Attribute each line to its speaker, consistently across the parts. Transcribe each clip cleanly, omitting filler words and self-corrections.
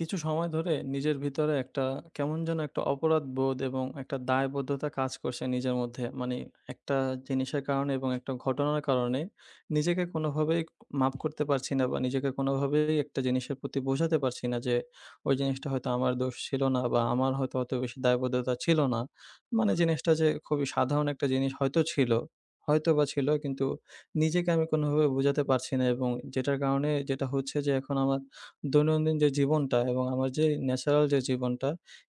Speaker 1: কিছু সময় ধরে নিজের ভিতরে একটা কেমন যেন একটা অপরাধবোধ এবং একটা দায়বদ্ধতা কাজ করছে নিজের মধ্যে। মানে একটা জিনিসের কারণে এবং একটা ঘটনার কারণে নিজেকে কোনোভাবেই মাপ করতে পারছি না বা নিজেকে কোনোভাবেই একটা জিনিসের প্রতি বোঝাতে পারছি না যে, ওই জিনিসটা হয়তো আমার দোষ ছিল না বা আমার হয়তো অত বেশি দায়বদ্ধতা ছিল না। মানে জিনিসটা যে খুবই সাধারণ একটা জিনিস হয়তো ছিল, হয়তোবা ছিল, কিন্তু নিজেকে আমি কোনোভাবে বোঝাতে পারছি না। এবং যেটার কারণে যেটা হচ্ছে যে, এখন আমার দৈনন্দিন যে জীবনটা এবং আমার যে ন্যাচারাল যে জীবনটা,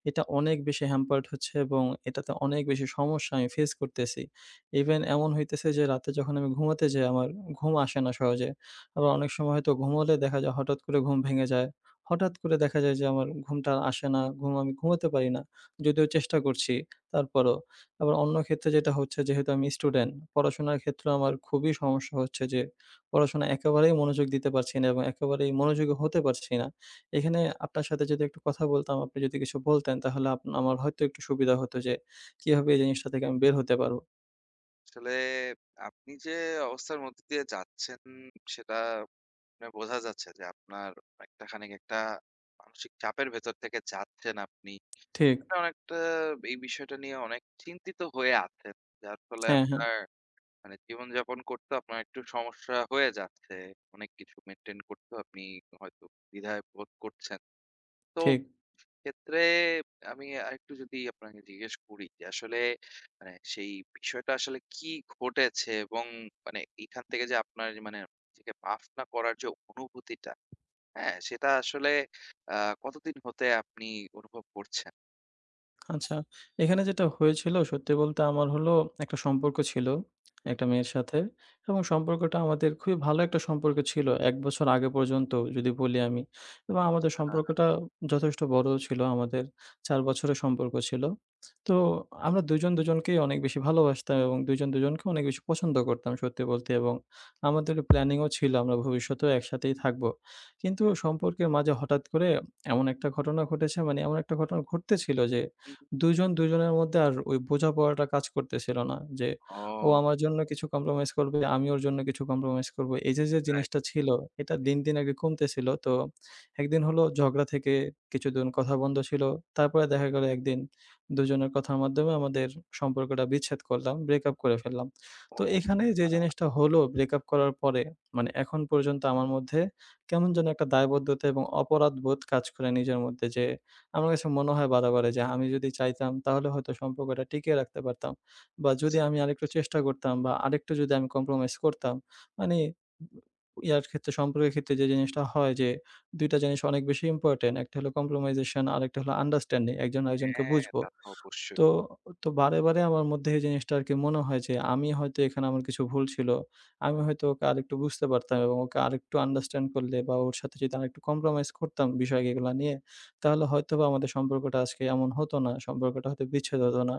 Speaker 1: এটা অনেক বেশি hampered হচ্ছে এবং এটাতে অনেক বেশি সমস্যা আমি ফেস করতেছি। ইভেন এমন হইতেছে যে, রাতে যখন আমি ঘুমাতে যাই আমার ঘুম আসে না সহজে। আবার অনেক সময় হয়তো ঘুমোলে দেখা যায় হঠাৎ করে ঘুম ভেঙে যায়। হঠাৎ করে দেখা যায় যে, আমার ঘুমটা আর আসে না, ঘুম আমি ঘুমাতে পারি না। যদিও চেষ্টা করছি তারপরও। আবার অন্য ক্ষেত্রে যেটা হচ্ছে, যেহেতু আমি স্টুডেন্ট, পড়াশোনার ক্ষেত্রেও আমার খুবই সমস্যা হচ্ছে যে, পড়াশোনায় একেবারেই মনোযোগ দিতে পারছি না এবং একেবারেই মনোযোগী হতে পারছি না। এখানে আপনার সাথে যদি একটু কথা বলতাম, আপনি যদি কিছু বলতেন তাহলে আমার হয়তো একটু সুবিধা হতো যে, কিভাবে এই জিনিসটা থেকে আমি বের হতে পারবো।
Speaker 2: আসলে আপনি যে অবস্থার মধ্যে দিয়ে যাচ্ছেন সেটা মানে বোঝা যাচ্ছে যে আপনার একটা খানিক একটা মানসিক চাপের ভেতর থেকে যাচ্ছেন আপনি।
Speaker 1: ঠিক।
Speaker 2: মানে অনেকটা এই বিষয়টা নিয়ে অনেক চিন্তিত হয়ে আছেন। যার ফলে
Speaker 1: হ্যাঁ, হ্যাঁ।
Speaker 2: আপনার মানে জীবনযাপন করতেও আপনার একটু সমস্যা হয়ে যাচ্ছে। অনেক কিছু মেইনটেইন করতেও আপনি হয়তো দ্বিধায় বোধ করছেন। তো
Speaker 1: ঠিক।
Speaker 2: ক্ষেত্রে আমি আরেকটু যদি আপনাকে জিজ্ঞেস করি যে আসলে মানে সেই বিষয়টা আসলে কি ঘটেছে এবং মানে এখান থেকে যে আপনার যে মানে নিজেকে মাফ না করার যে অনুভূতিটা হ্যাঁ সেটা আসলে কতদিন হতে আপনি অনুভব করছেন?
Speaker 1: আচ্ছা, এখানে যেটা হয়েছিল সত্যি বলতে, আমার হলো একটা সম্পর্ক ছিল,
Speaker 2: হুম,
Speaker 1: একটা মেয়ের সাথে। এবং সম্পর্কটা আমাদের খুবই ভালো একটা সম্পর্ক ছিল। ১ বছর আগে পর্যন্ত যদি বলি আমি, এবং আমাদের
Speaker 2: আচ্ছা।
Speaker 1: সম্পর্কটা যথেষ্ট বড় ছিল। আমাদের ৪ বছরের সম্পর্ক ছিল। তো আমরা দুজন দুজনকেই অনেক বেশি ভালোবাসতাম এবং দুজন দুজনকে অনেক বেশি পছন্দ করতাম সত্যি বলতে। এবং আমাদের প্ল্যানিংও ছিল আমরা ভবিষ্যতেও একসাথেই থাকবো। কিন্তু সম্পর্কের মাঝে হঠাৎ করে এমন একটা ঘটনা ঘটেছে, মানে এমন একটা ঘটনা ঘটতেছিল যে,
Speaker 2: হুম, হুম।
Speaker 1: দুজন দুজনের মধ্যে আর ওই বোঝাপড়াটা কাজ করতেছিল না যে, ও
Speaker 2: ও,
Speaker 1: আমার জন্য কিছু কম্প্রোমাইজ করবে, আমি ওর জন্য কিছু কম্প্রোমাইজ করব। এই যে, যে
Speaker 2: রাইট।
Speaker 1: জিনিসটা ছিল, এটা দিন, দিন আগে কমতেছিল। তো একদিন হলো ঝগড়া থেকে কিছুদিন কথা বন্ধ ছিল। তারপরে দেখা গেল একদিন দুজনের কথার মাধ্যমে আমাদের সম্পর্কটা বিচ্ছেদ করলাম, ব্রেকআপ করে ফেললাম।
Speaker 2: ও,
Speaker 1: তো এখানে যে
Speaker 2: হ্যাঁ,
Speaker 1: জিনিসটা হলো, ব্রেকআপ করার পরে মানে এখন পর্যন্ত আমার মধ্যে কেমন যেন একটা দায়বদ্ধতা এবং অপরাধবোধ কাজ করে নিজের মধ্যে, যে আমার কাছে মনে হয় বাধা করে যে, আমি যদি চাইতাম তাহলে হয়তো সম্পর্কটা টিকিয়ে রাখতে পারতাম। বা যদি
Speaker 2: বুঝতে।
Speaker 1: আমি আরেকটু চেষ্টা করতাম বা আরেকটু যদি আমি compromise করতাম, মানে ইয়ার ক্ষেত্রে, সম্পর্কের ক্ষেত্রে যে জিনিসটা হয় যে, ২ টা জিনিস অনেক বেশি ইম্পোর্টেন্ট। একটা হলো compromisation, আরেকটা হলো understanding, একজন আরেকজনকে
Speaker 2: হ্যাঁ,
Speaker 1: বুঝবো।
Speaker 2: তা তো অবশ্যই।
Speaker 1: তো, তো, বারে, বারে আমার মধ্যে এই জিনিসটা আরকি মনে হয় যে, আমি হয়তো এখানে আমার কিছু ভুল ছিল। আমি হয়তো ওকে আরেকটু বুঝতে পারতাম, এবং ওকে আরেকটু আন্ডারস্ট্যান্ড করলে বা ওর সাথে যদি আরেকটু কম্প্রোমাইজ করতাম বিষয় এগুলা নিয়ে, তাহলে হয়তোবা আমাদের সম্পর্কটা আজকে এমন হতো না। সম্পর্কটা হয়তো বিচ্ছেদ হতো না।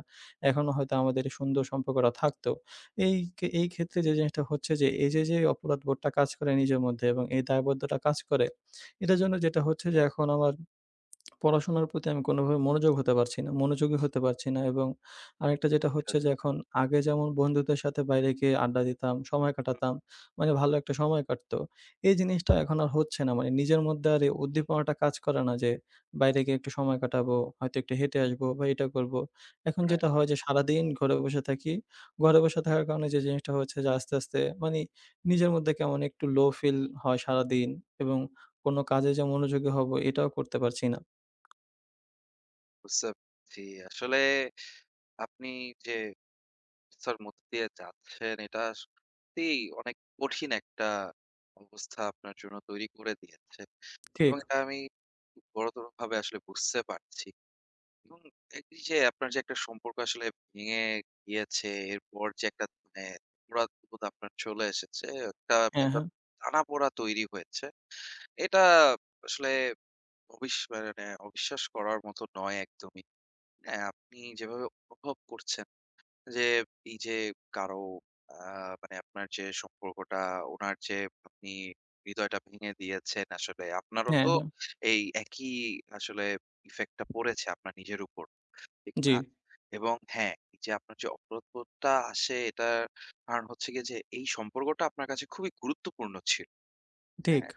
Speaker 1: এখনো হয়তো আমাদের এই সুন্দর সম্পর্কটা থাকতো। এই এই ক্ষেত্রে যে জিনিসটা হচ্ছে যে, এই যে, যে অপরাধবোধটা কাজ করে নিজের মধ্যে এবং এই দায়বদ্ধতা কাজ করে, এটার জন্য যেটা হচ্ছে যে,
Speaker 2: হ্যাঁ,
Speaker 1: এখন আমার পড়াশোনার প্রতি আমি কোনোভাবে মনোযোগ হতে পারছি না। মনোযোগী হতে পারছি না। এবং আরেকটা যেটা
Speaker 2: আচ্ছা,
Speaker 1: হচ্ছে যে,
Speaker 2: আচ্ছা।
Speaker 1: এখন আগে যেমন বন্ধুদের সাথে বাইরে গিয়ে আড্ডা দিতাম, সময়
Speaker 2: হুম,
Speaker 1: কাটাতাম। মানে ভালো একটা সময় কাটতো। এই জিনিসটা এখন আর হচ্ছে না। মানে নিজের মধ্যে আর এই উদ্দীপনাটা কাজ করে না যে, বাইরে গিয়ে একটু সময় কাটাবো, হয়তো একটু হেঁটে আসবো বা এটা করবো। এখন
Speaker 2: রাইট,
Speaker 1: যেটা হয় যে, সারাদিন ঘরে বসে থাকি। ঘরে বসে থাকার কারণে যে জিনিসটা হচ্ছে যে, আস্তে, আস্তে মানি নিজের মধ্যে কেমন একটু লো ফিল হয় সারাদিন। এবং কোনো কাজে যে মনোযোগী হবো, এটাও করতে পারছি না।
Speaker 2: বুঝতে পারছি। আসলে আপনি যে অবস্থার মধ্যে দিয়ে যাচ্ছেন এটা সত্যিই অনেক কঠিন একটা অবস্থা আপনার জন্য তৈরি করে দিয়েছে।
Speaker 1: ঠিক।
Speaker 2: এবং এটা আমি বড়তর ভাবে আসলে বুঝতে পারছি। এবং এই যে আপনার যে একটা সম্পর্ক আসলে ভেঙে গিয়েছে, এরপর যে একটা মানে অপরাধবোধ আপনার চলে এসেছে, একটা
Speaker 1: হ্যাঁ,
Speaker 2: ভেতর
Speaker 1: হ্যাঁ।
Speaker 2: টানাপোড়া তৈরি হয়েছে। এটা আসলে অবিস মানে অবিশ্বাস করার মতো নয় একদমই। হ্যাঁ, আপনি যেভাবে অনুভব করছেন যে এই যে কারো মানে আপনার যে সম্পর্কটা ওনার যে আপনি হৃদয়টা ভেঙে দিয়েছেন আসলে আপনারও
Speaker 1: হ্যাঁ,
Speaker 2: তো
Speaker 1: হ্যাঁ।
Speaker 2: এই একই আসলে ইফেক্টটা পড়েছে আপনার নিজের উপর, ঠিক
Speaker 1: জি,
Speaker 2: না? এবং হ্যাঁ, এই যে আপনার যে অপরাধবোধটা আসে এটা কারণ হচ্ছে গিয়ে যে এই সম্পর্কটা আপনার কাছে খুবই গুরুত্বপূর্ণ ছিল।
Speaker 1: ঠিক।
Speaker 2: হ্যাঁ,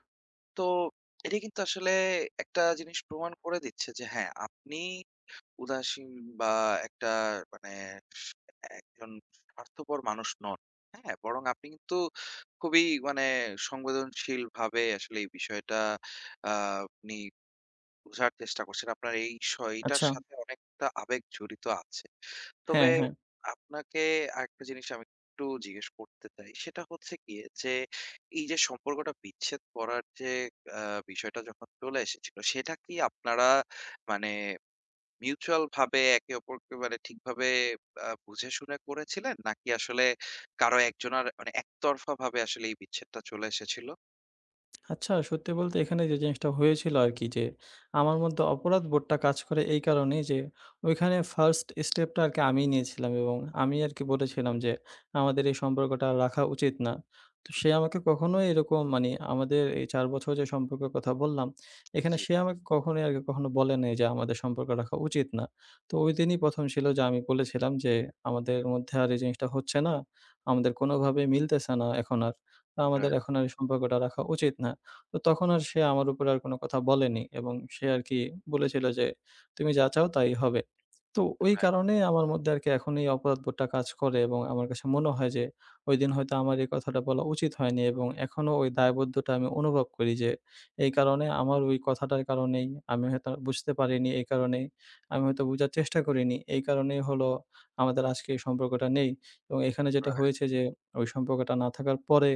Speaker 2: তো এটা কিন্তু আসলে একটা জিনিস প্রমাণ করে দিচ্ছে যে হ্যাঁ, আপনি উদাসীন বা একটা মানে স একজন স্বার্থপর মানুষ নন। হ্যাঁ? বরং আপনি কিন্তু খুবই মানে সংবেদনশীলভাবে আসলে এই বিষয়টা আ আপনি বোঝার চেষ্টা করছেন। আপনার এই এইটার
Speaker 1: আচ্ছা।
Speaker 2: সাথে অনেকটা আবেগ জড়িত আছে।
Speaker 1: হ্যাঁ,
Speaker 2: তবে
Speaker 1: হ্যাঁ।
Speaker 2: হ্যাঁ। আপনাকে আরেকটা জিনিস আমি একটু জিজ্ঞেস করতে চাই। সেটা হচ্ছে গিয়ে যে, এই যে সম্পর্কটা বিচ্ছেদ করার যে আ বিষয়টা যখন চলে এসেছিল, সেটা কি আপনারা মানে মিউচুয়াল ভাবে একে অপরকে মানে ঠিকভাবে বুঝে শুনে করেছিলেন? নাকি আসলে কারো একজনের মানে একতরফাভাবে আসলে এই বিচ্ছেদটা চলে এসেছিল?
Speaker 1: আচ্ছা, সত্যি বলতে এখানে যে জিনিসটা হয়েছিল আরকি যে, আমার মধ্যে অপরাধবোধটা কাজ করে এই কারণেই যে, ওইখানে ফার্স্ট স্টেপটা আরকি আমিই নিয়েছিলাম এবং আমি আরকি বলেছিলাম যে, "আমাদের এই সম্পর্কটা আর রাখা উচিত না।" তো সে আমাকে কখনোই এরকম, মানে আমাদের এই ৪ বছর যে সম্পর্কের কথা বললাম, এখানে
Speaker 2: জি।
Speaker 1: সে আমাকে কখনোই আরকি কখনো বলে নাই যে, "আমাদের সম্পর্ক রাখা উচিত না।" তো ঐদিনই ১ম ছিল যে আমি বলেছিলাম যে, "আমাদের মধ্যে আর এই জিনিসটা হচ্ছে না। আমাদের কোনোভাবেই মিলতেছে না এখন আর। তা আমাদের
Speaker 2: রাইট,
Speaker 1: এখন আর এই সম্পর্কটা রাখা উচিত না।" তো তখন আর সে আমার উপরে আর কোনো কথা বলেনি এবং সে আরকি বলেছিল যে, "তুমি যা চাও তাই হবে।" তো ওই
Speaker 2: রাইট,
Speaker 1: কারণে আমার মধ্যে আরকি এখন এই অপরাধবোধটা কাজ করে এবং আমার কাছে মনে হয় যে, ওইদিন হয়তো আমার এই কথাটা বলা উচিত হয়নি। এবং এখনো ওই দায়বদ্ধতা আমি অনুভব করি যে, এই কারণে আমার ওই কথাটার কারণেই আমি হয়তো বুঝতে পারিনি, এই কারণেই আমি হয়তো বুঝার চেষ্টা করিনি। এই কারণেই হলো আমাদের আজকে এই সম্পর্কটা নেই। এবং এখানে যেটা
Speaker 2: রাইট।
Speaker 1: হয়েছে যে, ওই সম্পর্কটা না থাকার পরে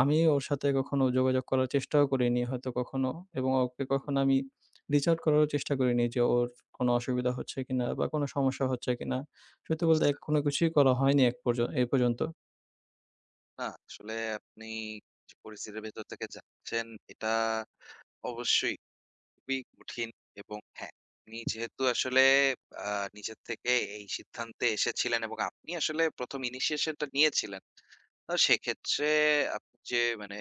Speaker 1: আমি ওর সাথে কখনো যোগাযোগ করার চেষ্টাও করিনি হয়তো কখনো, এবং ওকে কখনো আমি রিচ আউট করারও চেষ্টা করিনি যে, ওর কোনো অসুবিধা হচ্ছে কিনা বা কোনো সমস্যা হচ্ছে কিনা। সত্যি বলতে
Speaker 2: বুঝতে
Speaker 1: কোনো
Speaker 2: পেরেছি।
Speaker 1: কিছুই করা হয়নি এক পর্য এই পর্যন্ত।
Speaker 2: না, আসলে আপনি যে পরিস্থিতির ভেতর থেকে যাচ্ছেন এটা অবশ্যই খুবই কঠিন। এবং হ্যাঁ, আপনি যেহেতু আসলে আ নিজের থেকে এই সিদ্ধান্তে এসেছিলেন এবং আপনি আসলে ১ম ইনিশিয়েশন টা নিয়েছিলেন। তো সেক্ষেত্রে আপনি যে মানে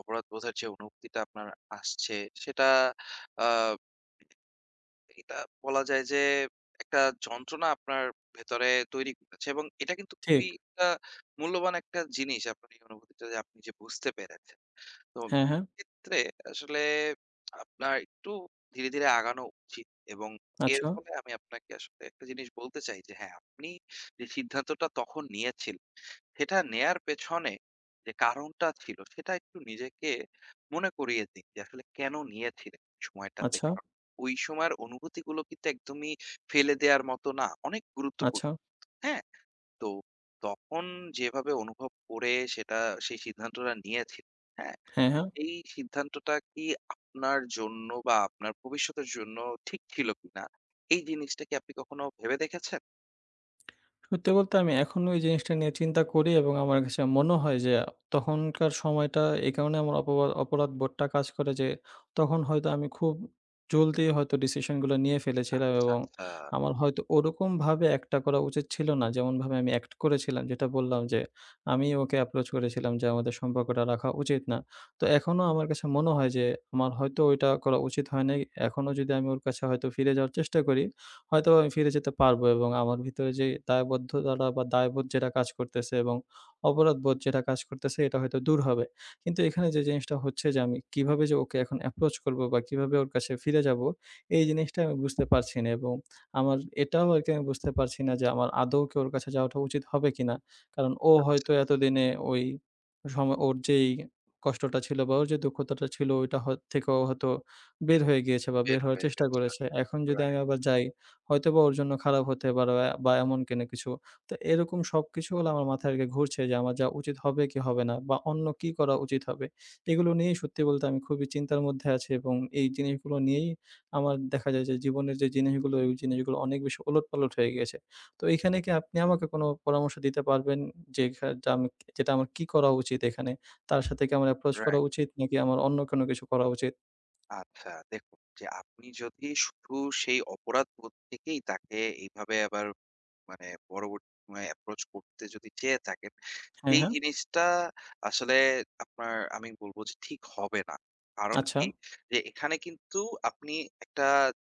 Speaker 2: অপরাধবোধের যে অনুভূতিটা আপনার আসছে সেটা আ এটা বলা যায় যে একটা যন্ত্রণা আপনার ভেতরে তৈরি করেছে এবং এটা কিন্তু
Speaker 1: ঠিক।
Speaker 2: খুবই একটা মূল্যবান একটা জিনিস আপনার এই অনুভূতিটা, যে আপনি যে বুঝতে পেরেছেন। তো
Speaker 1: হ্যাঁ, হ্যাঁ।
Speaker 2: ক্ষেত্রে আসলে আপনার একটু ধীরে, ধীরে আগানো উচিত এবং এর
Speaker 1: আচ্ছা,
Speaker 2: ফলে আমি আপনাকে আসলে একটা জিনিস বলতে চাই যে হ্যাঁ, আপনি যে সিদ্ধান্তটা তখন নিয়েছিলেন, সেটা নেয়ার পেছনে যে কারণটা ছিল সেটা একটু নিজেকে মনে করিয়ে দিন যে আসলে কেন নিয়েছিলেন ওই সময়টাতে।
Speaker 1: আচ্ছা,
Speaker 2: কারণ ওই সময়ের অনুভূতিগুলো কিন্তু একদমই ফেলে দেওয়ার মতো না। অনেক গুরুত্বপূর্ণ,
Speaker 1: আচ্ছা।
Speaker 2: হ্যাঁ? তো তখন যেভাবে অনুভব করে সেটা সেই সিদ্ধান্তটা নিয়েছিলেন, হ্যাঁ?
Speaker 1: হ্যাঁ, হ্যাঁ।
Speaker 2: এই সিদ্ধান্তটা কি আপনার জন্য বা আপনার ভবিষ্যতের জন্য ঠিক ছিল কিনা? এই জিনিসটা কি আপনি কখনো ভেবে দেখেছেন?
Speaker 1: সত্যি বলতে আমি এখনো এই জিনিসটা নিয়ে চিন্তা করি এবং আমার কাছে মনে হয় যে, তখনকার সময়টা এই কারণে আমার অপরাধবোধটা কাজ করে যে, তখন হয়তো আমি খুব জলদি হয়তো ডিসিশনগুলো নিয়ে ফেলেছিলাম
Speaker 2: আচ্ছা,
Speaker 1: এবং
Speaker 2: আচ্ছা।
Speaker 1: আমার হয়তো ওরকমভাবে একটা করা উচিত ছিল না। যেমনভাবে আমি অ্যাক্ট করেছিলাম, যেটা বললাম যে, আমি ওকে অ্যাপ্রোচ করেছিলাম যে, আমাদের সম্পর্কটা রাখা উচিত না। তো এখনো আমার কাছে মনে হয় যে, আমার হয়তো ওইটা করা উচিত হয় নাই। এখনো যদি আমি ওর কাছে হয়তো ফিরে যাওয়ার চেষ্টা করি, হয়তোবা আমি ফিরে যেতে পারবো এবং আমার ভিতরে যে দায়বদ্ধতাটা বা দায়বোধ যেটা কাজ করতেছে এবং অপরাধবোধ যেটা কাজ করতেছে, এটা হয়তো দূর হবে। কিন্তু এখানে যে জিনিসটা হচ্ছে যে, আমি কিভাবে যে ওকে এখন approach করবো বা কিভাবে ওর কাছে ফিরে যাবো, এই জিনিসটা আমি বুঝতে পারছি না। এবং আমার এটাও আরকি আমি বুঝতে পারছি না যে, আমার আদৌ কি ওর কাছে যাওয়াটা উচিত হবে কিনা? কারণ ও হয়তো এতদিনে ওই সময় ওর যেই কষ্টটা ছিল বা ওর যে দুঃখতাটা ছিল ওইটা থেকেও হয়তো বের হয়ে গিয়েছে বা বের
Speaker 2: বের
Speaker 1: হওয়ার
Speaker 2: হয়ে
Speaker 1: চেষ্টা
Speaker 2: গেছে।
Speaker 1: করেছে। এখন যদি আমি
Speaker 2: রাইট,
Speaker 1: আবার যাই, হয়তোবা ওর জন্য খারাপ হতে পারে বা বা এমন কিনা কিছু। তো এরকম সবকিছু হলো আমার মাথায় আরকি ঘুরছে যে, আমার যা উচিত হবে কি হবে না বা অন্য কি করা উচিত হবে। এগুলো নিয়েই সত্যি বলতে আমি খুবই চিন্তার মধ্যে আছি এবং এই জিনিসগুলো নিয়েই আমার দেখা যায় যে, জীবনের যে জিনিসগুলো, ওই জিনিসগুলো অনেক বেশি ওলটপালট হয়ে গিয়েছে। তো এখানে কি আপনি আমাকে কোনো পরামর্শ দিতে পারবেন, যেখা যা আমি যেটা আমার কি করা উচিত এখানে? তার সাথে কি আমার approach করা
Speaker 2: রাইট।
Speaker 1: উচিত, নাকি আমার অন্য কোনো কিছু করা উচিত?
Speaker 2: আচ্ছা, দেখুন যে আপনি যদি শুধু সেই অপরাধবোধ থেকেই তাকে এইভাবে আবার মানে পরবর্তী সময়ে অ্যাপ্রোচ করতে যদি চেয়ে থাকেন,
Speaker 1: হ্যাঁ,
Speaker 2: সেই
Speaker 1: হ্যাঁ।
Speaker 2: জিনিসটা আসলে আপনার, আমি বলবো যে ঠিক হবে না। কারণ
Speaker 1: আচ্ছা।
Speaker 2: কি যে এখানে কিন্তু আপনি একটা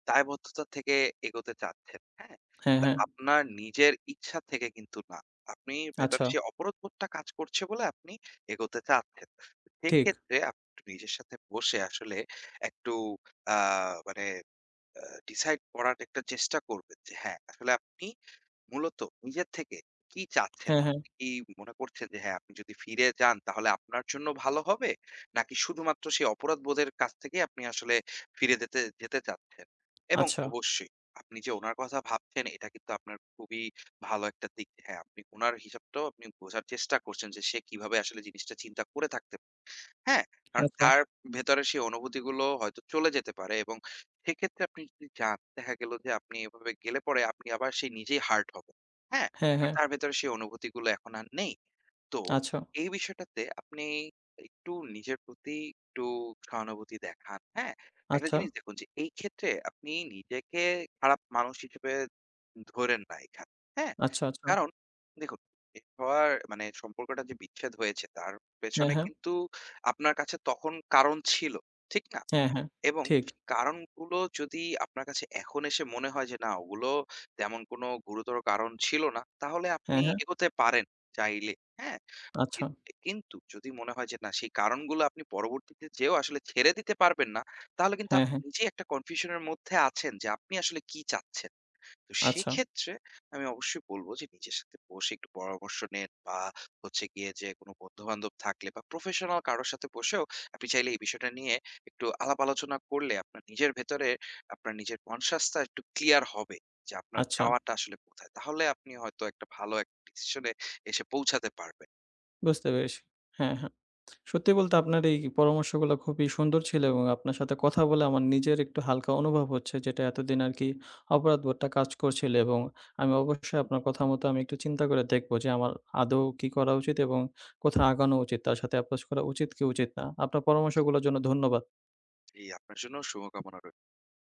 Speaker 2: দায়বদ্ধতা থেকে এগোতে চাচ্ছেন, হ্যাঁ?
Speaker 1: হ্যাঁ,
Speaker 2: তা
Speaker 1: হ্যাঁ।
Speaker 2: আপনার নিজের ইচ্ছা থেকে কিন্তু না, আপনি
Speaker 1: আচ্ছা।
Speaker 2: ভেতরে সেই অপরাধবোধটা কাজ করছে বলে আপনি এগোতে চাচ্ছেন।
Speaker 1: ঠিক।
Speaker 2: সেক্ষেত্রে আপনি একটু নিজের সাথে বসে আসলে একটু আ মানে আ ডিসাইড করার একটা চেষ্টা করবেন যে হ্যাঁ, আসলে আপনি মূলত নিজের থেকে কি চাচ্ছেন?
Speaker 1: হ্যাঁ, হ্যাঁ।
Speaker 2: আপনি কি মনে করছেন যে হ্যাঁ, আপনি যদি ফিরে যান তাহলে আপনার জন্য ভালো হবে? নাকি শুধুমাত্র সেই অপরাধবোধের কাছ থেকেই আপনি আসলে ফিরে যেতে যেতে চাচ্ছেন? এবং
Speaker 1: আচ্ছা।
Speaker 2: অবশ্যই আপনি যে ওনার কথা ভাবছেন এটা কিন্তু আপনার খুবই ভালো একটা দিক। হ্যাঁ, আপনি উনার হিসাবটাও আপনি বোঝার চেষ্টা করছেন যে সে কিভাবে আসলে জিনিসটা চিন্তা করে থাকতে। হ্যাঁ, কারণ
Speaker 1: আচ্ছা।
Speaker 2: তার ভেতরে সেই অনুভূতিগুলো হয়তো চলে যেতে পারে এবং সেক্ষেত্রে আপনি যদি যান, দেখা গেল যে আপনি এভাবে গেলে পরে আপনি আবার সেই নিজেই হার্ট হবেন। হ্যাঁ?
Speaker 1: হ্যাঁ,
Speaker 2: আর
Speaker 1: হ্যাঁ।
Speaker 2: তার ভেতরে সেই অনুভূতিগুলো এখন আর নেই। তো
Speaker 1: আচ্ছা,
Speaker 2: এই বিষয়টাতে আপনি একটু নিজের প্রতি একটু সহানুভূতি দেখান, হ্যাঁ? একটা
Speaker 1: আচ্ছা,
Speaker 2: জিনিস দেখুন যে এই ক্ষেত্রে আপনি নিজেকে খারাপ মানুষ হিসেবে ধরেন না এখানে, হ্যাঁ?
Speaker 1: আচ্ছা, আচ্ছা।
Speaker 2: কারণ দেখুন, এ হওয়ার মানে সম্পর্কটা যে বিচ্ছেদ হয়েছে তার
Speaker 1: হ্যাঁ,
Speaker 2: পেছনে
Speaker 1: হ্যাঁ।
Speaker 2: কিন্তু আপনার কাছে তখন কারণ ছিল, ঠিক না?
Speaker 1: হ্যাঁ, হ্যাঁ।
Speaker 2: এবং
Speaker 1: ঠিক।
Speaker 2: কারণগুলো যদি আপনার কাছে এখন এসে মনে হয় যে না ওগুলো তেমন কোনো গুরুতর কারণ ছিল না, তাহলে আপনি
Speaker 1: হ্যাঁ, হ্যাঁ।
Speaker 2: এগোতে পারেন চাইলে। হ্যাঁ? কি
Speaker 1: আচ্ছা।
Speaker 2: কিন্তু যদি মনে হয় যে না সেই কারণগুলো আপনি পরবর্তীতে যেয়েও আসলে ছেড়ে দিতে পারবেন না, তাহলে কিন্তু
Speaker 1: হ্যাঁ,
Speaker 2: আপনি
Speaker 1: হ্যাঁ।
Speaker 2: নিজেই একটা কনফিউশন এর মধ্যে আছেন যে আপনি আসলে কি চাচ্ছেন। তো
Speaker 1: আচ্ছা,
Speaker 2: সেক্ষেত্রে আমি অবশ্যই বলব যে নিজের সাথে বসে একটু পরামর্শ নেন বা হচ্ছে গিয়ে যে কোনো বন্ধু-বান্ধব থাকলে বা প্রফেশনাল কারো সাথে বসেও আপনি চাইলে এই বিষয়টা নিয়ে একটু আলাপ আলোচনা করলে আপনার নিজের ভেতরে আপনার নিজের কনশাসটা একটু ক্লিয়ার হবে যে আপনার
Speaker 1: আচ্ছা।
Speaker 2: চাওয়াটা আসলে কোথায়। তাহলে আপনি হয়তো একটা ভালো একটা ডিসিশন এ এসে পৌঁছাতে পারবেন।
Speaker 1: বুঝতে পেরেছি। হ্যাঁ, হ্যাঁ। সত্যি বলতে আপনার এই পরামর্শগুলো খুবই সুন্দর ছিল এবং আপনার সাথে কথা বলে আমার নিজের একটু হালকা অনুভব হচ্ছে, যেটা এতদিন আরকি অপরাধবোধটা কাজ করছিল। এবং আমি অবশ্যই আপনার কথা মতো আমি একটু চিন্তা করে দেখব যে, আমার আদৌ কি করা উচিত এবং কোথায় আগানো উচিত? তার সাথে অ্যাপ্রোচ করা উচিত কি উচিত না? আপনার পরামর্শগুলোর জন্য ধন্যবাদ।
Speaker 2: জি, আপনার জন্য শুভকামনা রইল।